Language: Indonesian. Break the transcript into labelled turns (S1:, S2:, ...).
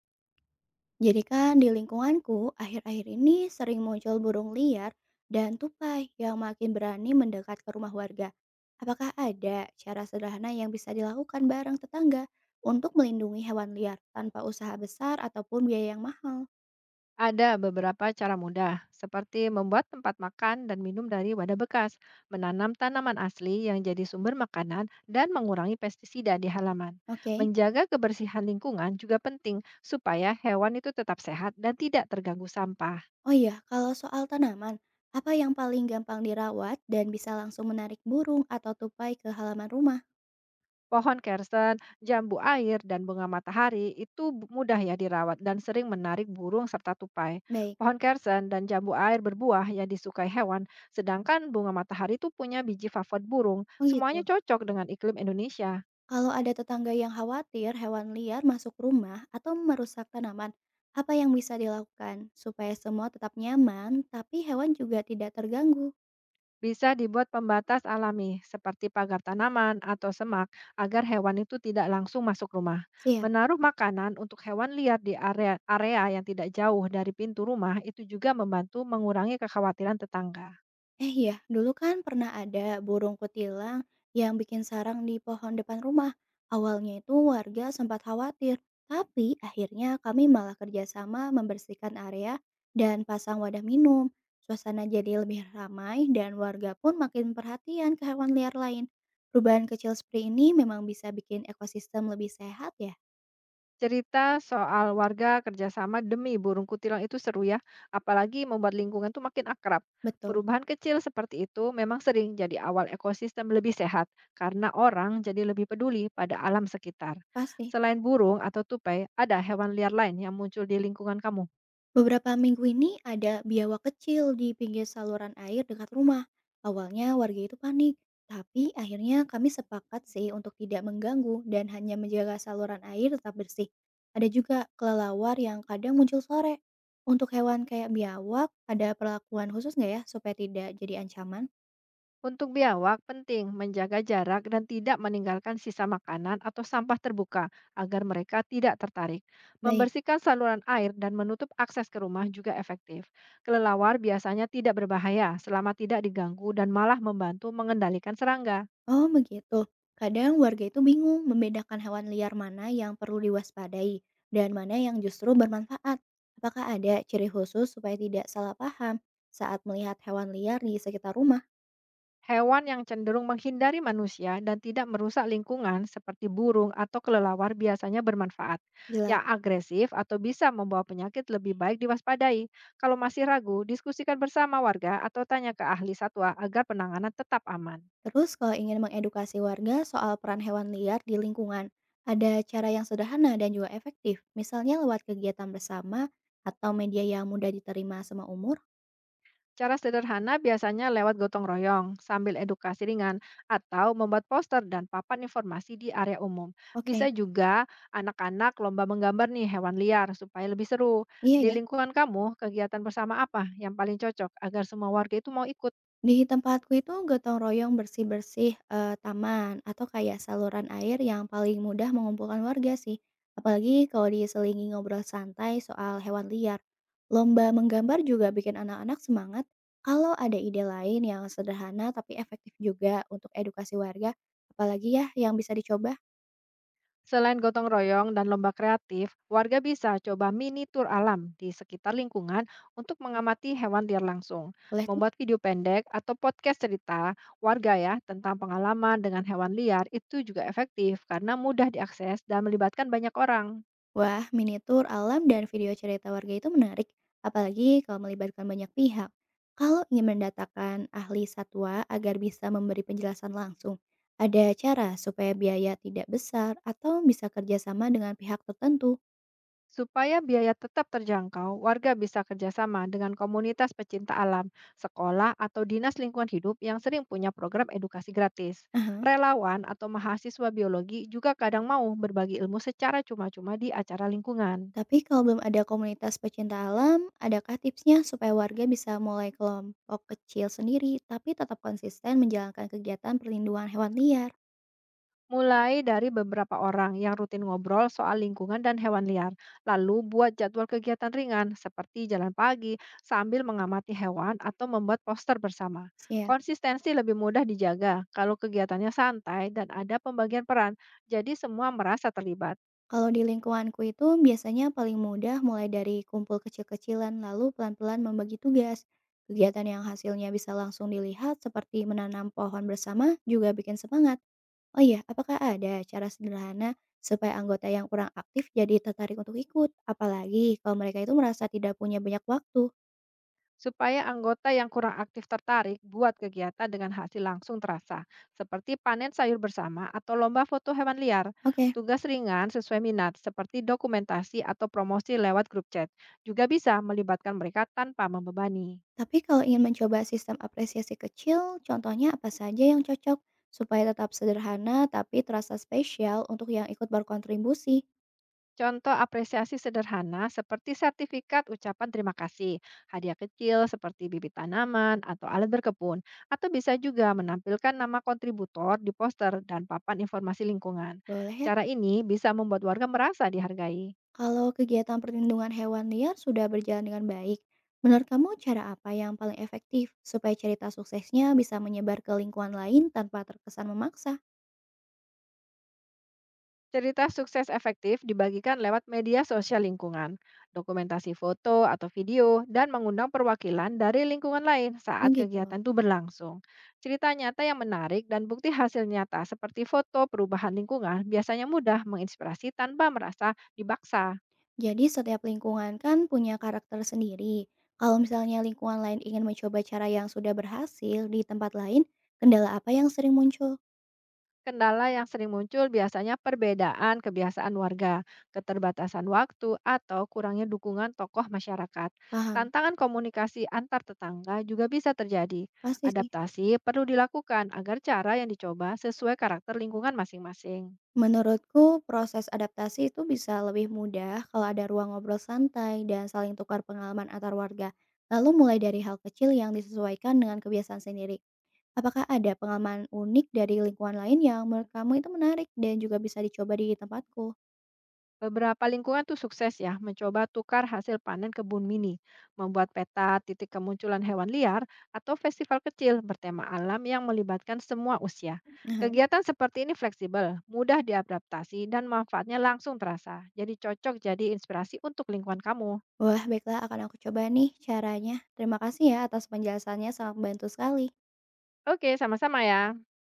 S1: Jadi kan di lingkunganku akhir-akhir ini sering muncul burung liar dan tupai yang makin berani mendekat ke rumah warga. Apakah ada cara sederhana yang bisa dilakukan bareng tetangga untuk melindungi hewan liar tanpa usaha besar ataupun biaya yang mahal?
S2: Ada beberapa cara mudah, seperti membuat tempat makan dan minum dari wadah bekas, menanam tanaman asli yang jadi sumber makanan, dan mengurangi pestisida di halaman.
S1: Oke.
S2: Menjaga kebersihan lingkungan juga penting supaya hewan itu tetap sehat dan tidak terganggu sampah.
S1: Oh iya, kalau soal tanaman, apa yang paling gampang dirawat dan bisa langsung menarik burung atau tupai ke halaman rumah?
S2: Pohon kersen, jambu air, dan bunga matahari itu mudah ya dirawat dan sering menarik burung serta tupai.
S1: Baik.
S2: Pohon kersen dan jambu air berbuah yang disukai hewan, sedangkan bunga matahari itu punya biji favorit burung.
S1: Oh
S2: Semuanya
S1: gitu.
S2: cocok dengan iklim Indonesia.
S1: Kalau ada tetangga yang khawatir hewan liar masuk rumah atau merusak tanaman, apa yang bisa dilakukan supaya semua tetap nyaman tapi hewan juga tidak terganggu?
S2: Bisa dibuat pembatas alami seperti pagar tanaman atau semak agar hewan itu tidak langsung masuk rumah.
S1: Siap.
S2: Menaruh makanan untuk hewan liar di area area yang tidak jauh dari pintu rumah itu juga membantu mengurangi kekhawatiran tetangga.
S1: Eh ya dulu kan pernah ada burung kutilang yang bikin sarang di pohon depan rumah. Awalnya itu warga sempat khawatir, tapi akhirnya kami malah kerjasama membersihkan area dan pasang wadah minum. Suasana jadi lebih ramai dan warga pun makin perhatian ke hewan liar lain. Perubahan kecil seperti ini memang bisa bikin ekosistem lebih sehat ya?
S2: Cerita soal warga kerjasama demi burung kutilang itu seru ya, apalagi membuat lingkungan tuh makin akrab.
S1: Betul,
S2: Perubahan kecil seperti itu memang sering jadi awal ekosistem lebih sehat karena orang jadi lebih peduli pada alam sekitar.
S1: pasti.
S2: Selain burung atau tupai, ada hewan liar lain yang muncul di lingkungan kamu?
S1: Beberapa minggu ini ada biawak kecil di pinggir saluran air dekat rumah. Awalnya warga itu panik, tapi akhirnya kami sepakat sih untuk tidak mengganggu dan hanya menjaga saluran air tetap bersih. Ada juga kelelawar yang kadang muncul sore. Untuk hewan kayak biawak, ada perlakuan khusus nggak ya supaya tidak jadi ancaman?
S2: Untuk biawak, penting menjaga jarak dan tidak meninggalkan sisa makanan atau sampah terbuka agar mereka tidak tertarik.
S1: Baik.
S2: Membersihkan saluran air dan menutup akses ke rumah juga efektif. Kelelawar biasanya tidak berbahaya selama tidak diganggu dan malah membantu mengendalikan serangga.
S1: Oh begitu. Kadang warga itu bingung membedakan hewan liar mana yang perlu diwaspadai dan mana yang justru bermanfaat. Apakah ada ciri khusus supaya tidak salah paham saat melihat hewan liar di sekitar rumah?
S2: Hewan yang cenderung menghindari manusia dan tidak merusak lingkungan seperti burung atau kelelawar biasanya bermanfaat.
S1: Jelas.
S2: Yang agresif atau bisa membawa penyakit lebih baik diwaspadai. Kalau masih ragu, diskusikan bersama warga atau tanya ke ahli satwa agar penanganan tetap aman.
S1: Terus kalau ingin mengedukasi warga soal peran hewan liar di lingkungan, ada cara yang sederhana dan juga efektif, misalnya lewat kegiatan bersama atau media yang mudah diterima sama umur?
S2: Cara sederhana biasanya lewat gotong royong, sambil edukasi ringan, atau membuat poster dan papan informasi di area umum. Bisa
S1: Oke,
S2: juga anak-anak lomba menggambar nih hewan liar supaya lebih seru.
S1: iya
S2: Di
S1: ya.
S2: lingkungan kamu, kegiatan bersama apa yang paling cocok agar semua warga itu mau ikut?
S1: Di tempatku itu gotong royong bersih-bersih, taman atau kayak saluran air yang paling mudah mengumpulkan warga sih, apalagi kalau diselingi ngobrol santai soal hewan liar. Lomba menggambar juga bikin anak-anak semangat. Kalau ada ide lain yang sederhana tapi efektif juga untuk edukasi warga, apalagi ya yang bisa dicoba?
S2: Selain gotong royong dan lomba kreatif, warga bisa coba mini tour alam di sekitar lingkungan untuk mengamati hewan liar langsung.
S1: Boleh tuh.
S2: Membuat video pendek atau podcast cerita warga ya tentang pengalaman dengan hewan liar itu juga efektif karena mudah diakses dan melibatkan banyak orang.
S1: Wah, miniatur alam dan video cerita warga itu menarik, apalagi kalau melibatkan banyak pihak. Kalau ingin mendatangkan ahli satwa agar bisa memberi penjelasan langsung, ada cara supaya biaya tidak besar atau bisa kerjasama dengan pihak tertentu.
S2: Supaya biaya tetap terjangkau, warga bisa kerjasama dengan komunitas pecinta alam, sekolah, atau dinas lingkungan hidup yang sering punya program edukasi gratis.
S1: Aha.
S2: Relawan atau mahasiswa biologi juga kadang mau berbagi ilmu secara cuma-cuma di acara lingkungan.
S1: Tapi kalau belum ada komunitas pecinta alam, adakah tipsnya supaya warga bisa mulai kelompok kecil sendiri tapi tetap konsisten menjalankan kegiatan perlindungan hewan liar?
S2: Mulai dari beberapa orang yang rutin ngobrol soal lingkungan dan hewan liar, lalu buat jadwal kegiatan ringan seperti jalan pagi sambil mengamati hewan atau membuat poster bersama.
S1: Siap.
S2: Konsistensi lebih mudah dijaga kalau kegiatannya santai dan ada pembagian peran, jadi semua merasa terlibat.
S1: Kalau di lingkunganku itu biasanya paling mudah mulai dari kumpul kecil-kecilan lalu pelan-pelan membagi tugas. Kegiatan yang hasilnya bisa langsung dilihat seperti menanam pohon bersama juga bikin semangat. Oh iya, apakah ada cara sederhana supaya anggota yang kurang aktif jadi tertarik untuk ikut? Apalagi kalau mereka itu merasa tidak punya banyak waktu.
S2: Supaya anggota yang kurang aktif tertarik buat kegiatan dengan hasil langsung terasa, seperti panen sayur bersama atau lomba foto hewan liar.
S1: Oke,
S2: Tugas ringan sesuai minat, seperti dokumentasi atau promosi lewat grup chat, juga bisa melibatkan mereka tanpa membebani.
S1: tapi kalau ingin mencoba sistem apresiasi kecil, contohnya apa saja yang cocok supaya tetap sederhana tapi terasa spesial untuk yang ikut berkontribusi?
S2: Contoh apresiasi sederhana seperti sertifikat ucapan terima kasih, hadiah kecil seperti bibit tanaman atau alat berkebun, atau bisa juga menampilkan nama kontributor di poster dan papan informasi lingkungan.
S1: Boleh ya?
S2: Cara ini bisa membuat warga merasa dihargai.
S1: Kalau kegiatan perlindungan hewan liar sudah berjalan dengan baik, menurut kamu cara apa yang paling efektif supaya cerita suksesnya bisa menyebar ke lingkungan lain tanpa terkesan memaksa?
S2: Cerita sukses efektif dibagikan lewat media sosial lingkungan, dokumentasi foto atau video, dan mengundang perwakilan dari lingkungan lain saat
S1: Oh gitu.
S2: kegiatan itu berlangsung. Cerita nyata yang menarik dan bukti hasil nyata seperti foto perubahan lingkungan biasanya mudah menginspirasi tanpa merasa dibaksa.
S1: Jadi setiap lingkungan kan punya karakter sendiri. Kalau misalnya lingkungan lain ingin mencoba cara yang sudah berhasil di tempat lain, kendala apa yang sering muncul?
S2: Kendala yang sering muncul biasanya perbedaan kebiasaan warga, keterbatasan waktu, atau kurangnya dukungan tokoh masyarakat.
S1: Paham?
S2: Tantangan komunikasi antar tetangga juga bisa terjadi.
S1: Pasti sih.
S2: Adaptasi perlu dilakukan agar cara yang dicoba sesuai karakter lingkungan masing-masing.
S1: Menurutku, proses adaptasi itu bisa lebih mudah kalau ada ruang ngobrol santai dan saling tukar pengalaman antar warga. Lalu mulai dari hal kecil yang disesuaikan dengan kebiasaan sendiri. Apakah ada pengalaman unik dari lingkungan lain yang menurut kamu itu menarik dan juga bisa dicoba di tempatku?
S2: Beberapa lingkungan tuh sukses ya mencoba tukar hasil panen kebun mini, membuat peta titik kemunculan hewan liar, atau festival kecil bertema alam yang melibatkan semua usia.
S1: Aha.
S2: Kegiatan seperti ini fleksibel, mudah diadaptasi, dan manfaatnya langsung terasa. Jadi cocok jadi inspirasi untuk lingkungan kamu.
S1: Wah, baiklah akan aku coba nih caranya. Terima kasih ya atas penjelasannya, sangat membantu sekali.
S2: Oke, sama-sama ya.